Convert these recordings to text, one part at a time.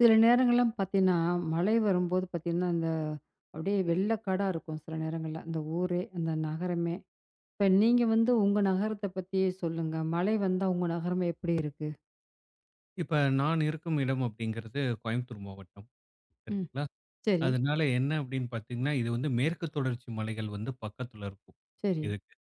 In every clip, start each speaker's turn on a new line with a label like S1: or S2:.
S1: சில நேரங்கள்லாம் பார்த்தீங்கன்னா, மழை வரும்போது பார்த்தீங்கன்னா, அந்த அப்படியே வெள்ளக்காடா இருக்கும் சில நேரங்கள்ல. அந்த ஊரே, அந்த நகரமே. இப்ப நீங்க வந்து உங்க நகரத்த பத்தியே சொல்லுங்க. மழை வந்தா உங்க நகரம் எப்படி இருக்கு?
S2: இப்ப நான் இருக்கும் இடம் அப்படிங்கிறது கோயம்புத்தூர் மாவட்டம்.
S1: ம்.
S2: சரிங்களா?
S1: சரி,
S2: அதனால என்ன அப்படின்னு பார்த்தீங்கன்னா, இது வந்து மேற்கு தொடர்ச்சி மலைகள் வந்து பக்கத்துல இருக்கும்,
S1: சரி.
S2: இதுக்கு.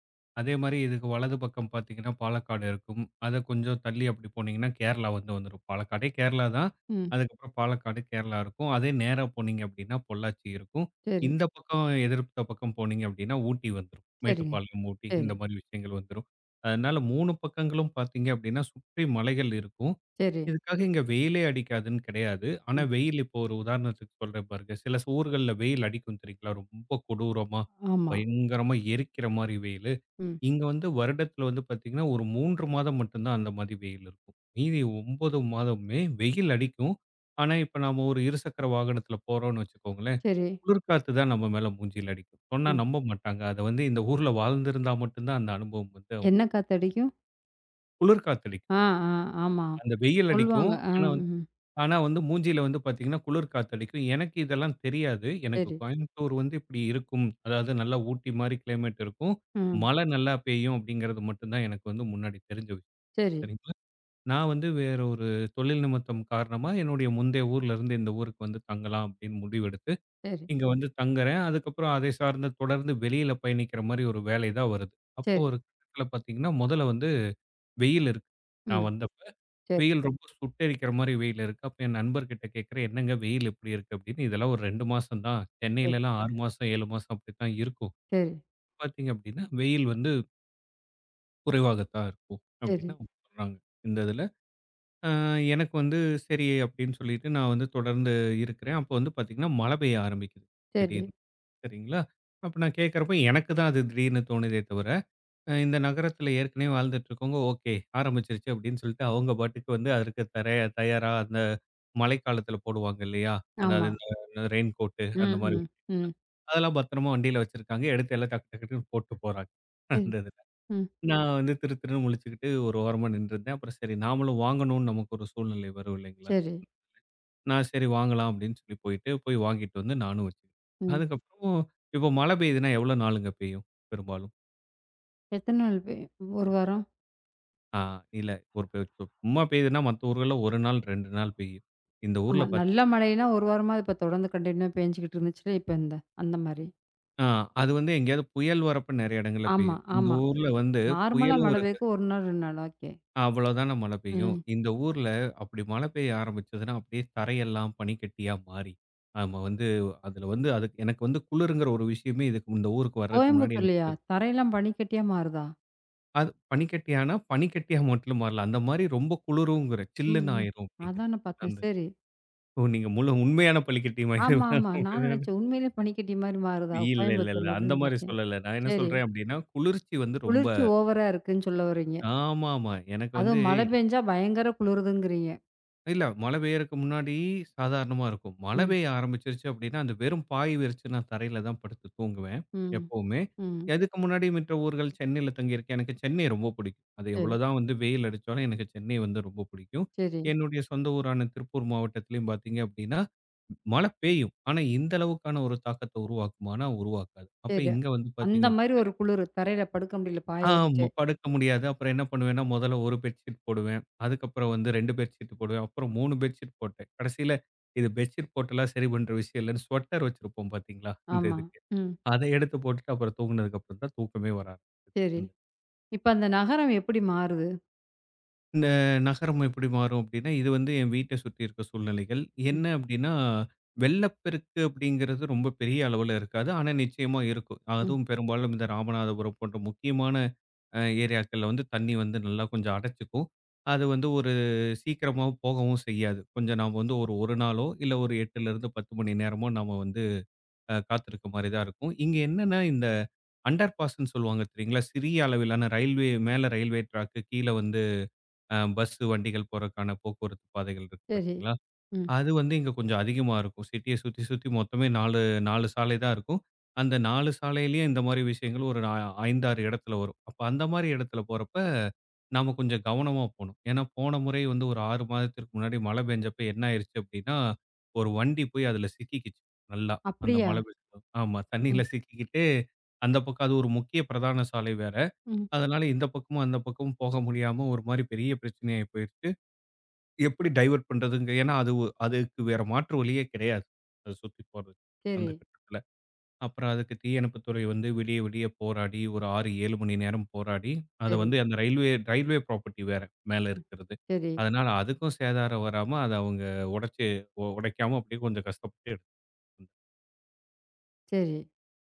S2: அதே மாரி இதுக்கு வலது பக்கம் பார்த்தீங்கன்னா, பாலக்காடு இருக்கும். அத கொஞ்சம் தள்ளி அப்படி போனீங்கன்னா, கேரளா வந்து வந்துரும். பாலக்காடே கேரளா தான்.
S1: ம்.
S2: அதுக்கப்புறம் பாலக்காடு, கேரளா இருக்கும். அதே நேரா போனீங்க அப்படின்னா, பொள்ளாச்சி இருக்கும்.
S1: சரி,
S2: இந்த பக்கம் எதிர்த்த பக்கம் போனீங்க அப்படின்னா, ஊட்டி வந்துரும்.
S1: சரிங்க.
S2: மேட்டுப்பாளையம், ஊட்டி
S1: சரி,
S2: இந்த மாரி விஷயங்கள் வந்துரும். அதனால 3 பக்கங்களும் பார்த்தீங்க அப்படின்னா, சுற்றி மலைகள் இருக்கும்.
S1: சரி.
S2: இதுக்காக இங்க வெயிலே அடிக்காதுன்னு கிடையாது. ஆனா,
S1: ம்.
S2: வெயில் இப்போ ஒரு உதாரணத்துக்கு சொல்றேன் பாருங்க. சில ஊர்கள்ல வெயில் அடிக்கும் தெரியுங்களா? ரொம்ப கொடூரமா,
S1: ஆமா.
S2: பயங்கரமா எரிக்கிற மாரி வெயிலு.
S1: ம்.
S2: இங்க வந்து வருடத்துல வந்து பாத்தீங்கன்னா, ஒரு 3 மாதம் மட்டும் தான் அந்த மாதிரி வெயில் இருக்கும். மீதி 9 மாதமுமே வெயில் அடிக்கும். ஆனா, இப்ப நாம ஒரு இருசக்கர வாகனத்துல போறோம்னு வச்சுக்கோங்களேன்,
S1: சரி.
S2: குளிர்காத்து தான் நம்ம மேல மூஞ்சில அடிக்கும். சொன்னா
S1: ம்.
S2: நம்ப மாட்டாங்க. அத வந்து இந்த ஊர்ல வாழ்ந்திருந்தா மட்டும் தான் அந்த அனுபவம் வந்து
S1: என்ன காத்தடிக்கும்?
S2: குளிர்காத்து அடிக்கும்.
S1: ஆ, ஆ. ஆமா.
S2: அந்த வெயில்
S1: சொல்லுவாங்க.
S2: அடிக்கும்.
S1: ஆ,
S2: ஆனா வந்து
S1: ம்.
S2: ஆனா வந்து மூஞ்சியில வந்து பார்த்தீங்கன்னா, குளிர் காத்தடிக்கும். எனக்கு இதெல்லாம் தெரியாது. எனக்கு
S1: சரி.
S2: கோயம்புத்தூர் வந்து இப்படி இருக்கும். அதாவது நல்லா ஊட்டி மாரி கிளைமேட் இருக்கும்.
S1: ம்.
S2: மழை நல்லா பெய்யும் அப்படிங்கிறது மட்டும் தான் எனக்கு வந்து முன்னாடி தெரிஞ்ச விஷயம்.
S1: சரி,
S2: சரிங்களா. நான் வந்து வேற ஒரு தொழில் நிமித்தம் காரணமா என்னுடைய முந்தைய ஊர்ல இருந்து இந்த ஊருக்கு வந்து தங்கலாம் அப்படின்னு முடிவெடுத்து,
S1: சரி,
S2: இங்க வந்து தங்குறேன். அதுக்கப்புறம் அதை சார்ந்து தொடர்ந்து வெளியில பயணிக்கிற மாரி ஒரு வேலை தான் வருது. அப்போ
S1: சரி.
S2: ஒரு கட்டத்தில பார்த்தீங்கன்னா, முதல்ல வந்து வெயில் இருக்கு. நான்
S1: ம்.
S2: வந்தப்ப,
S1: சரி,
S2: வெயில் ரொம்ப சுட்டெரிக்கிற மாரி வெயில் இருக்கு. அப்ப என் நண்பர்கிட்ட கேட்கிறேன், "என்னங்க வெயில் இப்படி இருக்கு?" அப்படின்னு. இதெல்லாம் ஒரு 2 மாசம் தான்.
S1: சரி,
S2: சென்னையிலலாம் 6 மாசம், 7 மாசம் அப்படித்தான் இருக்கும்.
S1: சரி,
S2: பார்த்தீங்க அப்படின்னா, வெயில் வந்து குறைவாகத்தான் இருக்கும்
S1: சரி,
S2: அப்படின்னு அவங்க சொல்றாங்க. இந்த இதுல. அ எனக்கு வந்து சரி அப்படின்னு சொல்லிட்டு நான் வந்து தொடர்ந்து இருக்கிறேன். அப்போ வந்து பார்த்தீங்கன்னா, மழை பெய்ய ஆரம்பிக்குது
S1: சரி.
S2: திடீர்னு. சரிங்களா? அப்ப நான் கேட்கிறப்போ எனக்கு தான் அது திடீர்னு தோணுதே தவிர, இந்த நகரத்துல ஏற்கனவே வாழ்ந்துட்டு இருக்கவங்க, ஓகே ஆரம்பிச்சிருச்சு அப்படின்னு சொல்லிட்டு அவங்க பாட்டுக்கு வந்து அதற்கு தர தயாரா அந்த மழைக்காலத்துல போடுவாங்க இல்லையா?
S1: ஆமா.
S2: அதாவது இந்த ரெயின் கோட்டு
S1: ம்,
S2: அந்த மாரி.
S1: ம், ம்.
S2: அதெல்லாம் பத்திரமா வண்டியில வச்சிருக்காங்க. எடுத்து எல்லாம் டக்கு டக்கு டக்குன்னு போட்டு போறாங்க.
S1: சரி.
S2: அந்த இதுல.
S1: ம்.
S2: நான் வந்து திரு திருன்னு முழிச்சுக்கிட்டு ஒரு ஓரமா நின்னுருந்தேன். அப்புறம் சரி நாமளும் வாங்கணும்னு நமக்கு ஒரு சூழ்நிலை வரும் இல்லைங்களா?
S1: சரி.
S2: நான் சரி வாங்கலாம் அப்படின்னு சொல்லி போயிட்டு, போய் வாங்கிட்டு வந்து நானும் வச்சுக்கிட்டேன்.
S1: ம்.
S2: அதுக்கப்புறம் இப்போ மழை பெய்யுதுன்னா எவ்வளோ நாளுங்க பெய்யும் பெரும்பாலும்?
S1: எத்தன நாள் பெய்யும்? 1 வாரம்?
S2: ஆ, இல்ல. ஒரு சும்மா பெய்யுதுன்னா, மத்த ஊர்கள்ல 1 நாள், 2 நாள் பெய்யும். இந்த
S1: ஆமா.
S2: ஊர்ல
S1: நல்ல மழைன்னா 1 வாரமா இப்ப தொடர்ந்து கன்டின்யூவா பேஞ்சுகிட்டு இருந்துச்சுல்ல, இப்ப இந்த அந்த மாரி.
S2: ஆ, அது வந்து எங்கேயாவது புயல் வரப்ப நெறைய இடங்கள்ல
S1: ஆமா,
S2: பெய்யும். இந்த
S1: ஆமா.
S2: ஊர்ல வந்து
S1: நார்மலா
S2: புயலும்
S1: மழை
S2: இருக்கு.
S1: பெய்யறதுக்கு 1 நாள், 2 நாள். ஓகே.
S2: அவ்வளோதான மழை பெய்யும்.
S1: ம்.
S2: இந்த ஊர்ல அப்படி மழை பெய்ய ஆரம்பிச்சதுன்னா, அப்படியே தரையெல்லாம் பனிக்கட்டியா மாறி, நம்ம வந்து அதுல வந்து அதுக்கு எனக்கு வந்து குளிருங்கிற ஒரு விஷயமே இதுக்கு இந்த ஊருக்கு வர்றதுக்கு முன்னாடி எனக்கு
S1: கோயம்புத்தூர்லயா? தரையெல்லாம் பனிக்கட்டியா மாறுதா?
S2: அது பனிக்கட்டியானா, பனிக்கட்டியா மட்டும் மாறல. அந்த மாரி ரொம்ப குளிருங்கிற,
S1: ம்,
S2: சில்லுன்னு
S1: ம்.
S2: ஆயிரும் அப்படிங்கிறேன்.
S1: அதான பார்த்தேன்.
S2: அந்த
S1: சரி.
S2: ஓ! நீங்க முழு உண்மையான
S1: ஆமா, ஆமா. நான்
S2: பனிக்கட்டியும்
S1: நெனச்சேன் உண்மையிலேயே பனிக்கட்டி மாரி மாறுதா
S2: இல்ல, இல்ல, இல்ல.
S1: கோயம்புத்தூர்ல
S2: அந்த
S1: அப்படின்னு
S2: மாரி
S1: பார்த்தேன்.
S2: சொல்லல. நான் என்ன
S1: சரி.
S2: சொல்றேன் அப்டின்னா, குளிர்ச்சி வந்து ரொம்ப
S1: குளிர்ச்சி ஓவரா இருக்குன்னு சொல்ல வர்றீங்க.
S2: ஆமாமா. எனக்கு வந்து
S1: அதுவும் மழை பெஞ்சா பயங்கர குளிருதுங்கிறீங்க.
S2: இல்ல மழை பெய்யறக்கு முன்னாடி சாதாரணமா இருக்கும். மழை
S1: ம்,
S2: பெய்ய ஆரம்பிச்சுருச்சு அப்டின்னா, அந்த வெறும் பாய் விரிச்சு நான் தரையில தான் படுத்து தூங்குவேன்,
S1: ம்,
S2: எப்பவுமே.
S1: ம்.
S2: இதுக்கு முன்னாடி மற்ற ஊர்கள் சென்னையில தங்கியிருக்கேன். எனக்கு சென்னை ரொம்ப பிடிக்கும். அது
S1: சரி.
S2: எவ்வளோதான் வந்து வெயில் அடிச்சாலும் எனக்கு சென்னை வந்து ரொம்ப பிடிக்கும்.
S1: சரி,
S2: என்னுடைய சொந்த ஊரான திருப்பூர் மாவட்டத்திலயும் பார்த்தீங்க அப்டின்னா, மழை பெய்யும். ஆனா, இந்த அளவுக்கான ஒரு தாக்கத்த உருவாக்குமானா, உருவாக்காது. அப்ப
S1: சரி.
S2: இங்க வந்து
S1: அந்த
S2: பார்த்தீங்க
S1: மாரி
S2: அப்டின்னா
S1: ஒரு குளிரு. தரையில படுக்க முடியல பாய
S2: ஆமா.
S1: விரிச்சே.
S2: படுக்க முடியாது. அப்புறம் என்ன பண்ணுவேன்னா, முதல்ல 1 பெட்ஷீட் போடுவேன். அதுக்கப்புறம் வந்து 2 பெட்ஷீட் போடுவேன். அப்புறம் 3 பெட்ஷீட் போட்டேன். கடைசியில இது பெட்ஷீட் போட்டெல்லாம் சரி பண்ற விஷயம் இல்லன்னு ஸ்வெட்டர் வச்சிருப்போம் பார்த்தீங்களா? இந்த
S1: ஆமா.
S2: இதுக்கு.
S1: ம்.
S2: அத எடுத்து போட்டுட்டு அப்புறம் தூங்குனதுக்கு அப்புறம் தான் தூக்கமே வர
S1: சரி.
S2: ஆரம்பிச்சது.
S1: இப்ப அந்த நகரம் எப்படி மாறுது?
S2: இந்த நகரம் எப்படி மாறும் அப்படின்னா, இது வந்து என் வீட்ட சுத்தி இருக்க சூழ்நிலைகள்.
S1: ம்,
S2: என்ன அப்படின்னா, வெள்ளப்பெருக்கு அப்படிங்கிறது ரொம்ப பெரிய அளவுல இருக்காது. ஆனா நிச்சயமா இருக்கும்.
S1: ம்.
S2: அதுவும் பெரும்பாலும் இந்த ராமநாதபுரம் போன்ற முக்கியமான ஏரியாக்கள்ல வந்து தண்ணி வந்து நல்லா கொஞ்சம் அடைச்சுக்கும். அது வந்து ஒரு சீக்கிரமா போகவும் செய்யாது. கொஞ்சம் நாம வந்து ஒரு 1 நாளோ, இல்ல ஒரு 8லேருந்து 10 மணி நேரமோ நாம வந்து காத்திருக்க மாரி தான் இருக்கும். இங்க என்னன்னா இந்த அண்டர் பாஸ்ன்னு சொல்லுவாங்க தெரியுங்களா? சிறிய அளவிலான ரயில்வே மேல ரயில்வே ட்ராக்கு, கீழ வந்து பஸ் வண்டிகள் போறதுக்கான போக்குவரத்து பாதைகள் இருக்கு
S1: சரி.
S2: பார்த்தீங்களா?
S1: ம்.
S2: அது வந்து இங்க கொஞ்சம் அதிகமா இருக்கும். சிட்டிய சுத்தி சுத்தி மொத்தமே 4, 4 சாலை தான் இருக்கும். அந்த 4 சாலையிலயும் இந்த மாரி விஷயங்கள் ஒரு 5, 6 இடத்துல வரும். அப்ப அந்த மாரி இடத்துல போறப்ப, நாம கொஞ்சம் கவனமா போணும். ஏன்னா போன முறை வந்து ஒரு 6 மாதத்திற்கு முன்னாடி மழை பெஞ்சப்ப என்ன ஆயிருச்சு அப்படின்னா, ஒரு வண்டி போய் அதுல சிக்கிக்கிச்சு. நல்லா அந்த
S1: அப்படியா?
S2: மழை பெஞ்ச ஆமா தண்ணீல
S1: ம்,
S2: சிக்கிக்கிட்டு, அந்த பக்கம் அது ஒரு முக்கிய பிரதான சாலை வேற.
S1: ம்.
S2: அதனால இந்த பக்கமும், அந்த பக்கமும் போக முடியாம ஒரு மாரி பெரிய பிரச்சனையாயி போயிருச்சு. எப்படி டைவர்ட் பண்றதுங்க? ஏன்னா அது அதுக்கு வேற மாற்று வழியே கிடையாது. அது சுத்தி போறது. அந்த
S1: சரி,
S2: கட்டத்துல. அப்புறம் அதுக்கு தீயணைப்புத்துறை வந்து விடிய விடிய போராடி ஒரு 6, 7 மணி நேரம் போராடி, அத
S1: சரி.
S2: வந்து அந்த ரயில்வே ரயில்வே ப்ராப்பர்ட்டி வேற மேல
S1: ம்.
S2: இருக்கிறது.
S1: சரி,
S2: அதனால அதுக்கும் சேதாரம் வராம அத அவங்க உடைச்சு உடைக்காம அப்படியே கொஞ்சம் கஷ்டப்பட்டு
S1: சரி.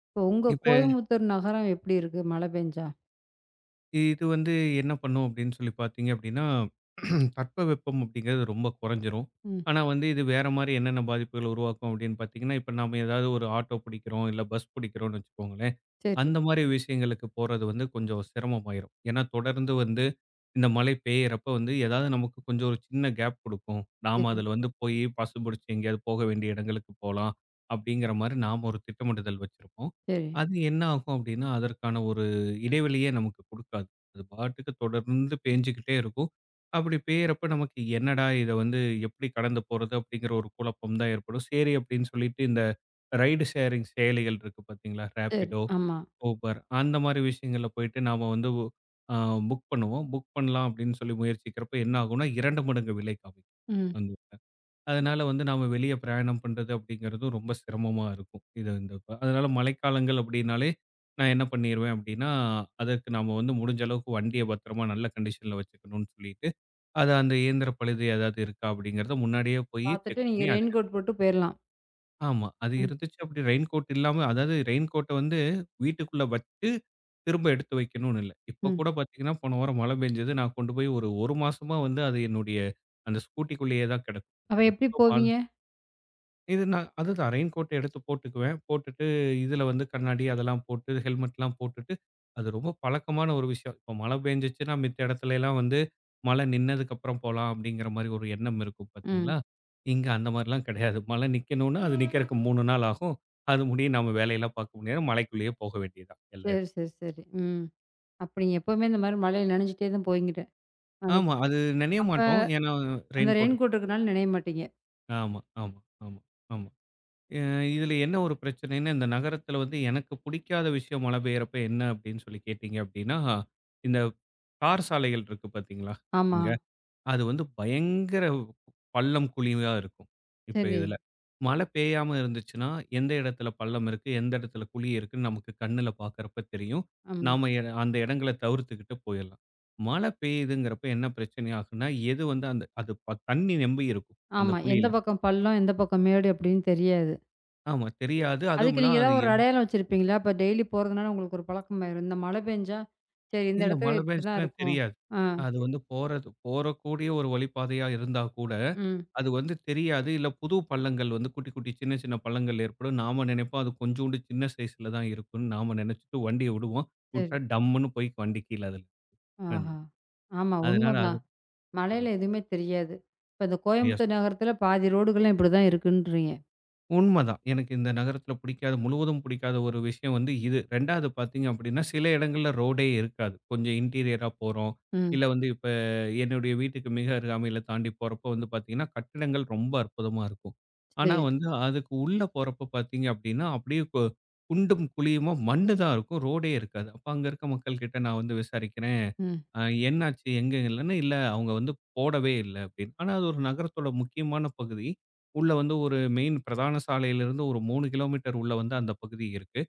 S1: இப்போ உங்க
S2: இப்ப
S1: கோயம்புத்தூர் நகரம் எப்படி இருக்கு மழை பெஞ்சா?
S2: இது வந்து என்ன பண்ணும் அப்படின்னு சொல்லி பார்த்தீங்க அப்படின்னா, தட்பவெப்பம் அப்படிங்கிறது ரொம்ப குறைஞ்சிரும்.
S1: ம்.
S2: ஆனா வந்து இது வேற மாரி என்னென்ன பாதிப்புகள் உருவாக்கும் அப்படின்னு பார்த்தீங்கன்னா, இப்ப நாம ஏதாவது ஒரு ஆட்டோ பிடிக்கிறோம், இல்ல பஸ் பிடிக்கிறோம்னு வச்சுக்கோங்களேன்.
S1: சரி,
S2: அந்த மாரி விஷயங்களுக்கு போறது வந்து கொஞ்சம் சிரமமாயிரும். ஏன்னா தொடர்ந்து வந்து இந்த மழை பெய்யறப்ப வந்து ஏதாவது நமக்கு கொஞ்சம் ஒரு சின்ன கேப் குடுக்கும். நாம
S1: சரி,
S2: அதுல வந்து போய் பஸ் புடிச்சு எங்கேயாவது போக வேண்டிய இடங்களுக்கு போலாம். அப்படிங்கிற மாரி நாம ஒரு திட்டமிடுதல் வச்சிருப்போம்.
S1: சரி,
S2: அது என்ன ஆகும் அப்படின்னா, அதற்கான ஒரு இடைவெளியே நமக்கு குடுக்காது. அது பாட்டுக்கு தொடர்ந்து பேஞ்சுகிட்டே இருக்கும். அப்படி பெய்யறப்ப நமக்கு என்னடா இத வந்து எப்படி கடந்து போறது அப்படிங்கிற ஒரு குழப்பம் தான் ஏற்படும். சரி அப்படின்னு சொல்லிட்டு இந்த ரைடு ஷேரிங் செயலிகள் இருக்கு பார்த்தீங்களா?
S1: சரி.
S2: Rapido,
S1: ஆமா.
S2: ஊபர் அந்த மாரி விஷயங்கள்ல போயிட்டு நாம வந்து அ புக் பண்ணுவோம். புக் பண்ணலாம் அப்படின்னு சொல்லி முயற்சிக்கிறப்ப என்ன ஆகும்னா 2 மடங்கு விலை காமிக்கும்.
S1: ம்.
S2: அந்த இதுல. அதனால வந்து நாம வெளிய பிரயாணம் பண்றது அப்படிங்கிறதும் ரொம்ப சிரமமா இருக்கும். இது இந்த இப்ப அதனால மழைக்காலங்கள் அப்படின்னாலே நான் என்ன பண்ணிருவேன் அப்படின்னா, அதற்கு நாம வந்து முடிஞ்ச அளவுக்கு வண்டிய பத்திரமா நல்ல கண்டிஷன்ல வச்சுக்கணும்னு சொல்லிட்டு, அத அந்த இயந்திர பழுது ஏதாவது இருக்கா அப்படிங்கிறத முன்னாடியே போய் செக்
S1: பார்த்துட்டு
S2: பண்ணி
S1: நீங்க ரெயின் கோட் போட்டு போயிரலாம்.
S2: ஆமா. அது
S1: ம்,
S2: இருந்துச்சு அப்படி ரெயின் கோட் இல்லாம அதாவது ரெயின் கோட்ட வந்து வீட்டுக்குள்ள வச்சு, திரும்ப எடுத்து வைக்கணும்னு இல்ல. இப்ப
S1: ம்.
S2: கூட பார்த்தீங்கன்னா, போன வாரம் மழை பெஞ்சது. நான் கொண்டு போய் ஒரு 1 மாசமா வந்து அது என்னுடைய அந்த ஸ்கூட்டிக்குள்ளேயே தான் கிடக்கும்.
S1: அப்ப எப்படி
S2: எப்போ
S1: போவீங்க?
S2: இது நான் அதுதான் ரெயின் கோட் எடுத்து போட்டுக்குவேன். போட்டுட்டு இதில வந்து கண்ணாடி அதெல்லாம் போட்டு ஹெல்மெட்லாம் போட்டுட்டு, அது ரொம்ப பழக்கமான ஒரு விஷயம். இப்போ மழை பெஞ்சுச்சுன்னா மித்த இடத்துலலாம் வந்து மழை நின்னதுக்கப்புறம் போலாம் அப்படிங்கிற மாரி ஒரு எண்ணம் இருக்கும்
S1: ம்.
S2: பார்த்தீங்களா? இங்க அந்த மாரிலாம் கிடையாது. மழை நிக்கணும்னா அது நிக்கிறக்கு 3 நாள் ஆகும். அது முடிய நம்ம வேலையெல்லாம் பார்க்க முடியாது. மழைக்குள்ளேயே போக வேண்டியது தான். எல்லா
S1: சரி,
S2: இடத்துக்கும்.
S1: சரி, சரி. ம். அப்ப நீங்க எப்பவுமே இந்த மாரி மழையில நனைஞ்சுட்டே தான் போவீங்க. அது
S2: ஆமா. அது நனைய
S1: அப்ப
S2: மாட்டோம். ஏன்னா
S1: அந்த
S2: ரெயின் கோட்
S1: ரெயின் கோட்
S2: போட்டு
S1: இருக்கனால நனைய மாட்டீங்க.
S2: ஆமா, ஆமா, ஆமா, ஆமா. அ இதுல என்ன ஒரு பிரச்சனைன்னா, இந்த நகரத்துல வந்து எனக்கு புடிக்காத விஷயம் மழை பெய்யறப்ப என்ன அப்படின்னு சொல்லி கேட்டீங்க அப்படின்னா, இந்த தார் சாலைகள் இருக்கு பாத்தீங்களா?
S1: ஆமா.
S2: இங்க. அது வந்து பயங்கர பள்ளம், குழிவா இருக்கும். இப்ப
S1: சரி.
S2: இதுல. மழை பெய்யாம இருந்துச்சுன்னா, எந்த இடத்துல பள்ளம் இருக்கு, எந்த இடத்துல குழி இருக்குன்னு நமக்கு கண்ணுல பாக்கறப்ப தெரியும்.
S1: ஆமா.
S2: நாம அந்த இடங்கள தவிர்த்துக்கிட்டு போயிரலாம். மழை பெய்யுதுங்கிறப்ப என்ன பிரச்சனை ஆகும்னா, எது வந்து அந்த அது தண்ணி நெம்பி இருக்கும். அந்த
S1: ஆமா. எந்த
S2: குழியில.
S1: பக்கம் பள்ளம், எந்த பக்கம் மேடு அப்படின்னு தெரியாது.
S2: ஆமா தெரியாது.
S1: அதுக்கு நீங்க
S2: அதுவுமில்லாம் அது
S1: ஏதாவது ஒரு அடையாளம் வச்சிருப்பீங்களா? அப்ப டெய்லி போறதுனால உங்களுக்கு ஒரு பழக்கமாயிரும். இந்த மழை பெஞ்சா, சரி இந்த
S2: இல்ல
S1: இடத்துல
S2: மழை
S1: இப்படிதான்
S2: பெஞ்சுச்சுன்னா
S1: இருக்கும்.
S2: தெரியாது.
S1: ஆ.
S2: அது வந்து போறது போறக்கூடிய ஒரு வழிப்பாதையா இருந்தா கூட,
S1: ம்.
S2: அது வந்து தெரியாது. இல்ல புது பள்ளங்கள் வந்து குட்டி, குட்டி சின்ன, சின்ன பள்ளங்கள் ஏற்படும். நாம நினைப்போம் அது கொஞ்சூண்டு சின்ன சைஸ்ல தான் இருக்கும்னு நாம நினைச்சுட்டு வண்டிய விடுவோம்.
S1: சரி.
S2: விட்டா டம்முன்னு போய் வண்டி கீழ அதுல உட்காந்து.
S1: ஆஹா! ஆமா
S2: அதனால அது
S1: உண்மதான்.
S2: ம்.
S1: மழையில எதுவுமே தெரியாது. இப்ப இந்த
S2: சரியா
S1: கோயம்புத்தூர் நகரத்துல பாதி ரோடுகள்லாம் இப்படிதான் இருக்குன்றீங்க.
S2: உண்மதான். எனக்கு இந்த நகரத்தில பிடிக்காத முழுவதும் பிடிக்காத ஒரு விஷயம் வந்து இது. 2வது பார்த்தீங்க அப்படின்னா, சில இடங்கள்ல ரோடே இருக்காது. கொஞ்சம் இன்டீரியரா போறோம்.
S1: ம்.
S2: இல்ல வந்து இப்ப என்னுடைய வீட்டுக்கு மிக அருகாமையில தாண்டி போறப்போ வந்து பார்த்தீங்கன்னா, கட்டிடங்கள் ரொம்ப அற்புதமா இருக்கும். ஆனா
S1: சரி.
S2: வந்து அதுக்கு உள்ள போறப்போ பார்த்தீங்க அப்படின்னா, அப்படியே குண்டும் குழியுமா மண்ணு தான் இருக்கும். ரோடே இருக்காது. அப்ப அங்க இருக்க மக்கள்கிட்ட நான் வந்து விசாரிக்கிறேன்.
S1: ம்.
S2: அ என்னாச்சு? எங்க இல்லன்னா, "இல்ல அவங்க வந்து போடவே இல்ல" அப்படின்னு. ஆனா அது ஒரு நகரத்தோட முக்கியமான பகுதி. உள்ள வந்து ஒரு மெயின் பிரதான சாலையிலிருந்து ஒரு 3 கிலோமீட்டர் உள்ள வந்து அந்த பகுதி இருக்கு.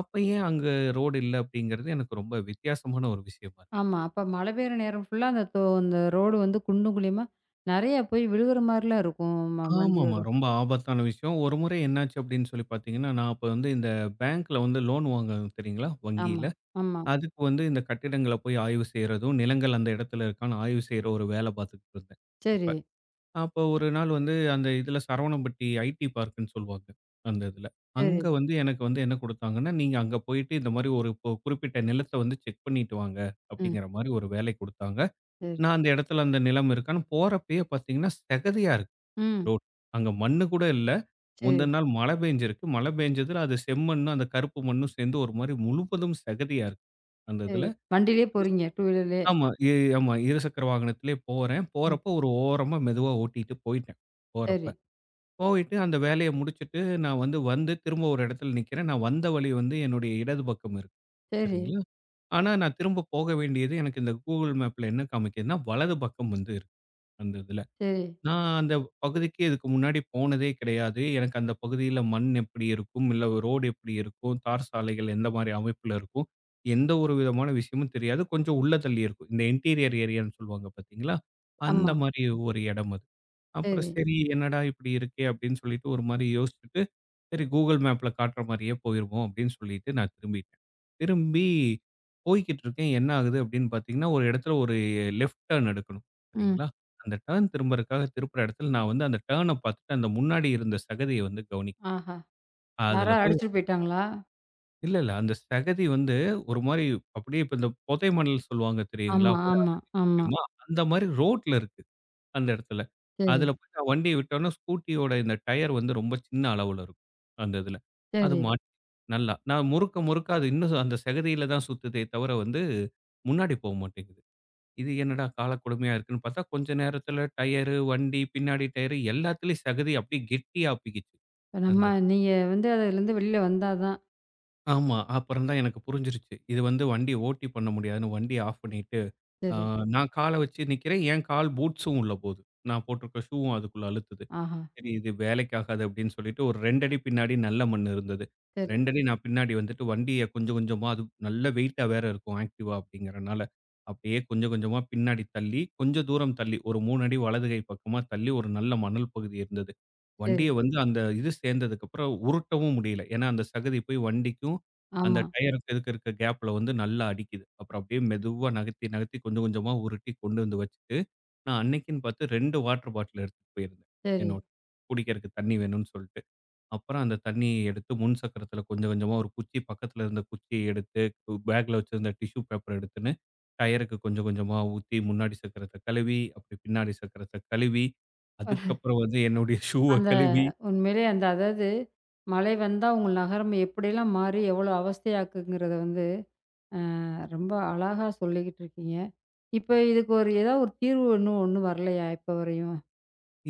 S2: அப்ப ஏன் அங்க ரோடு இல்ல அப்படிங்கிறது எனக்கு ரொம்ப வித்தியாசமான ஒரு விஷயமா இருக்கு.
S1: ஆமா. அப்ப மழை பெய்ற நேரம் ஃபுல்லா அந்த தோ அந்த ரோடு வந்து குண்டும் குழியுமா, நெறைய போய் விழுகுற மாரிலாம் இருக்கும் ம
S2: ஆமாமா.
S1: வண்டியோட.
S2: ரொம்ப ஆபத்தான விஷயம். ஒரு முறை என்னாச்சு அப்படின்னு சொல்லி பார்த்தீங்கன்னா, நான் அப்ப வந்து இந்த பேங்க்ல வந்து லோன் வாங்குவேன் தெரியுங்களா?
S1: ஆமா,
S2: வங்கியில.
S1: ஆமா.
S2: அதுக்கு வந்து இந்த கட்டிடங்கள போய் ஆய்வு செய்றதும், நிலங்கள் அந்த இடத்துல இருக்கான்னு ஆய்வு செய்ற ஒரு வேல பார்த்துக்கிட்டு இருந்தேன் அப்ப.
S1: சரி,
S2: அப்போ ஒரு நாள் வந்து அந்த இதில சரவணம்பட்டி ஐடி பார்க்குன்னு சொல்லுவாங்க. அந்த இதில. அங்க
S1: சரி.
S2: வந்து எனக்கு வந்து என்ன குடுத்தாங்கன்னா, "நீங்க அங்க போயிட்டு இந்த மாரி ஒரு குறிப்பிட்ட நிலத்த வந்து செக் பண்ணிட்டு வாங்க."
S1: ம்.
S2: அப்படிங்கிற மாரி ஒரு வேலை குடுத்தாங்க.
S1: சரி.
S2: நான் அந்த இடத்துல அந்த நிலம் இருக்கான்னு போறப்பயே பார்த்தீங்கன்னா, செகதியா இருக்கு
S1: ம்.
S2: ரோடு. அங்க மண்ணு கூட இல்ல.
S1: சரி,
S2: முந்தின நாள் மழை பெய்ஞ்சிருக்கு. மழை பெய்ஞ்சதுல அது செம்மண்ணும், அந்த கருப்பு மண்ணும் சேர்ந்து ஒரு மாரி முழுவதும் செகதியா இருக்கு. அந்த இதில.
S1: சரி. வண்டியிலே போறீங்க. 2 வீலர்லயே.
S2: ஆமா. ஆமா. இருசக்கர வாகனத்திலே போறேன்.
S1: ம்.
S2: போறப்போ ஒரு ஓரமா மெதுவா ஓட்டிட்டு போயிட்டேன்.
S1: சரி,
S2: போறப்ப. போயிட்டு அந்த வேலைய முடிச்சுட்டு, நான் வந்து வந்து திரும்ப ஒரு இடத்துல நிக்கிறேன். நான் வந்த வழி வந்து என்னுடைய இடது பக்கம் இருக்கு.
S1: சரி,
S2: சரிங்களா? ஆனா நான் திரும்ப போக வேண்டியது எனக்கு இந்த Google மேப்ல என்ன காமிக்குதுன்னா, வலது பக்கம் வந்து இருக்கு. அந்த இதுல.
S1: சரி.
S2: நான் அந்த பகுதிக்கு இதுக்கு முன்னாடி போனதே கிடையாது. எனக்கு அந்த பகுதியில மண் எப்படி இருக்கும், இல்ல ரோடு எப்படி இருக்கும், தார் சாலைகள் எந்த மாரி அமைப்புல இருக்கும், எந்த ஒரு விதமான விஷயமும் தெரியாது. கொஞ்சம் உள்ள தள்ளி இருக்கும். இந்த இன்டீரியர் ஏரியான்னு சொல்லுவாங்க பார்த்தீங்களா? அந்த
S1: ஆமா.
S2: மாரி ஒரு இடம் அது. அப்புறம்
S1: சரி.
S2: சரி என்னடா இப்படி இருக்கே! அப்படின்னு சொல்லிட்டு ஒரு மாரி யோசிச்சுட்டு சரி கூகுள் மேப்ல காட்டுற மாதிரியே போயிருவோம் அப்படின்னு சொல்லிட்டு நான் திரும்பிட்டேன். திரும்பி போய்க்கிட்டு இருக்கேன். என்ன ஆகுது அப்படின்னு பார்த்தீங்கன்னா, ஒரு இடத்துல ஒரு லெஃப்ட் டர்ன் எடுக்கணும்.
S1: ம்.
S2: சரிங்களா? அந்த டர்ன் திரும்புறதுக்காக திருப்புற இடத்துல நான் வந்து அந்த டர்ன பார்த்துட்டு அந்த முன்னாடி இருந்த சகதிய வந்து
S1: ஆஹா!
S2: அதுல
S1: யாராவது
S2: போய்
S1: அடிச்சுட்டு போயிட்டாங்களா?
S2: இல்ல, இல்ல. அந்த சகதி வந்து ஒரு மாரி அப்படியே இப்ப இந்த புதை மணல் சொல்லுவாங்க தெரியுங்களா?
S1: ஆமா,
S2: போய் ஆளு
S1: ஆமா, ஆமா.
S2: தெரியுமா, அந்த மாதிரி ரோட்ல இருக்கு. அந்த இடத்துல.
S1: சரி,
S2: அதுல போய் நான் வண்டிய விட்டோனே, ஸ்கூட்டியோட இந்த டயர் வந்து ரொம்ப சின்ன அளவுல இருக்கும். அந்த இதுல. அது
S1: சரி.
S2: மாட்டி நல்லா. நான் முறுக்க, முறுக்க அது இன்னும் அந்த செகதியில தான் சுத்துதே தவிர வந்து, முன்னாடி போ மாட்டேங்குது. இது என்னடா காலக்கொடுமையா இருக்குன்னு பார்த்தா, கொஞ்ச நேரத்துல டயரு, வண்டி, பின்னாடி டயரு எல்லாத்துலயும் சகதி அப்படியே கெட்டியா ஆப்பிக்கிச்சு.
S1: இப்ப
S2: அந்த
S1: நம்ம
S2: இது.
S1: நீங்க வந்து அதுலருந்து வெளில வந்தா தான்.
S2: ஆமா. அப்புறம் தான் எனக்கு புரிஞ்சிருச்சு. இது வந்து வண்டிய ஓட்டி பண்ண முடியாதுன்னு வண்டிய ஆஃப் பண்ணிட்டு, ஆ,
S1: சரி.
S2: நான் கால வச்சு நிக்கிறேன். என் கால் பூட்ஸும் உள்ள போது. நான் போட்டிருக்க ஷூவும் அதுக்குள்ள அழுத்துது.
S1: ஆஹா!
S2: சரி இது வேலைக்காகாது அப்படின்னு சொல்லிட்டு ஒரு 2 அடி பின்னாடி நல்ல மண் இருந்தது.
S1: சரி,
S2: 2 அடி நான் பின்னாடி வந்துட்டு வண்டிய கொஞ்சம் கொஞ்சமா அது நல்ல வெயிட்டா வேற இருக்கும் ஆக்டிவா அப்படிங்கிறனால. அப்படியே கொஞ்சம் கொஞ்சமா பின்னாடி தள்ளி, கொஞ்சம் தூரம் தள்ளி ஒரு 3 அடி வலது கை பக்கமா தள்ளி ஒரு நல்ல மணல் பகுதி இருந்தது.
S1: சரி.
S2: வண்டிய வந்து அந்த இது சேர்ந்ததுக்கப்புறம் உருட்டவும் முடியல. ஏன்னா அந்த சகதி போய் வண்டிக்கும், அந்த
S1: ஆமா.
S2: டயருக்கு இதுக்கு இருக்க கேப்ல வந்து நல்லா அடிக்குது. அப்புறம் அப்படியே மெதுவா நகர்த்தி நகர்த்தி கொஞ்சம் கொஞ்சமா உருட்டி கொண்டு வந்து வச்சுட்டு நான் அன்னைக்குன்னு பார்த்து 2 வாட்டர் பாட்டில் எடுத்துட்டு போயிருந்தேன்.
S1: சரி.
S2: என்னோட குடிக்கிறக்கு தண்ணி வேணும்னு சொல்ட்டு. அப்புறம் அந்த தண்ணிய எடுத்து முன் சக்கரத்தில கொஞ்சம் கொஞ்சமா ஒரு குச்சி பக்கத்தில இருந்த குச்சிய எடுத்து பேக்ல வச்சிருந்த டிஷ்யூ பேப்பர் எடுத்துன்னு டயருக்கு கொஞ்சம் கொஞ்சமா ஊத்தி முன்னாடி சக்கரத்த கழுவி, அப்படி பின்னாடி சக்கரத்த கழுவி, அதுக்கப்புறம் வந்து என்னுடைய ஷூவ
S1: அந்த
S2: கழுவி
S1: உண்மையிலே அந்த அதாவது மழை வந்தா உங்கள் நகரம் எப்படியெல்லாம் மாறி எவ்வளோ அவஸ்தையாக்குங்கிறத வந்து ரொம்ப அழகா சொல்லிக்கிட்டு இருக்கீங்க. இப்ப இதுக்கு ஒரு ஏதாவது ஒரு தீர்வு இன்னும் ஒண்ணும் வரலையா இப்ப வரையும்?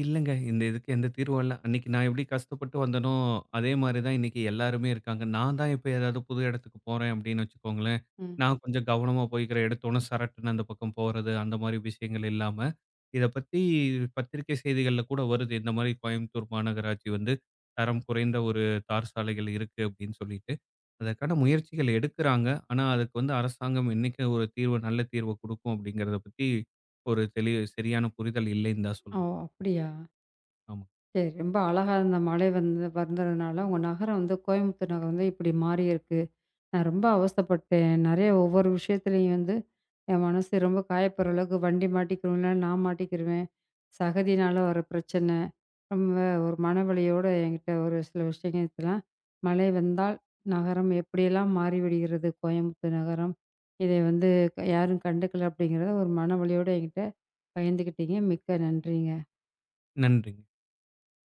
S2: இல்லங்க. இந்த இதுக்கு எந்த தீர்வும் இல்ல. அன்னைக்கு நான் எப்படி கஷ்டப்பட்டு வந்தேனோ, அதே மாரி தான் இன்னைக்கு எல்லாருமே இருக்காங்க. நான் தான் இப்ப ஏதாவது புது இடத்துக்கு போறேன் அப்படின்னு வச்சுக்கோங்களேன்,
S1: ம்.
S2: நான் ம். கொஞ்சம் கவனமா போய்க்கிறேன். எடுத்தோன சரட்டுன்னு அந்த பக்கம் போறது, அந்த மாரி விஷயங்கள் இல்லாம, இத பத்தி பத்திரிக்கை செய்திகள்ல கூட வருது. இந்த மாரி கோயம்புத்தூர் மாநகராட்சி வந்து தரம் குறைந்த ஒரு தார் சாலைகள் இருக்கு அப்படின்னு சொல்லிட்டு, அதற்கான முயற்சிகள் எடுக்குறாங்க. ஆனா, அதுக்கு வந்து அரசாங்கம் என்னைக்கு ஒரு தீர்வு நல்ல தீர்வு குடுக்கும் அப்படிங்கிறத பத்தி ஒரு தெளி சரியான புரிதல் இல்லைன்னு தான்
S1: ஓ!
S2: சொல்லணும்.
S1: அப்படியா?
S2: ஆமா.
S1: சரி. ரொம்ப அழகா இந்த மழை வந்து வந்ததுனால உங்க நகரம் வந்து கோயம்புத்தூர் நகரம் வந்து இப்படி மாறியிருக்கு. நான் ரொம்ப அவஸ்தைப்பட்டேன். நெறைய ஒவ்வொரு விஷயத்துலயும் வந்து என் மனசு ரொம்ப காயப்படுற அளவுக்கு வண்டி மாட்டிக்கிருவேன்ல, நான் மாட்டிக்கிருவேன். சகதியினால வர பிரச்சனை. ரொம்ப ஒரு மனவலியோட என்கிட்ட ஒரு சில விஷயங்கள்லாம் மழை வந்தால் நகரம் எப்படியெல்லாம் மாறிவிடுகிறது கோயம்புத்தூர் நகரம். இதை வந்து யாரும் கண்டுக்கல அப்படிங்கிறத ஒரு மனவலியோட என்கிட்ட பகிர்ந்துக்கிட்டீங்க. மிக்க நன்றிங்க.
S2: நன்றிங்க.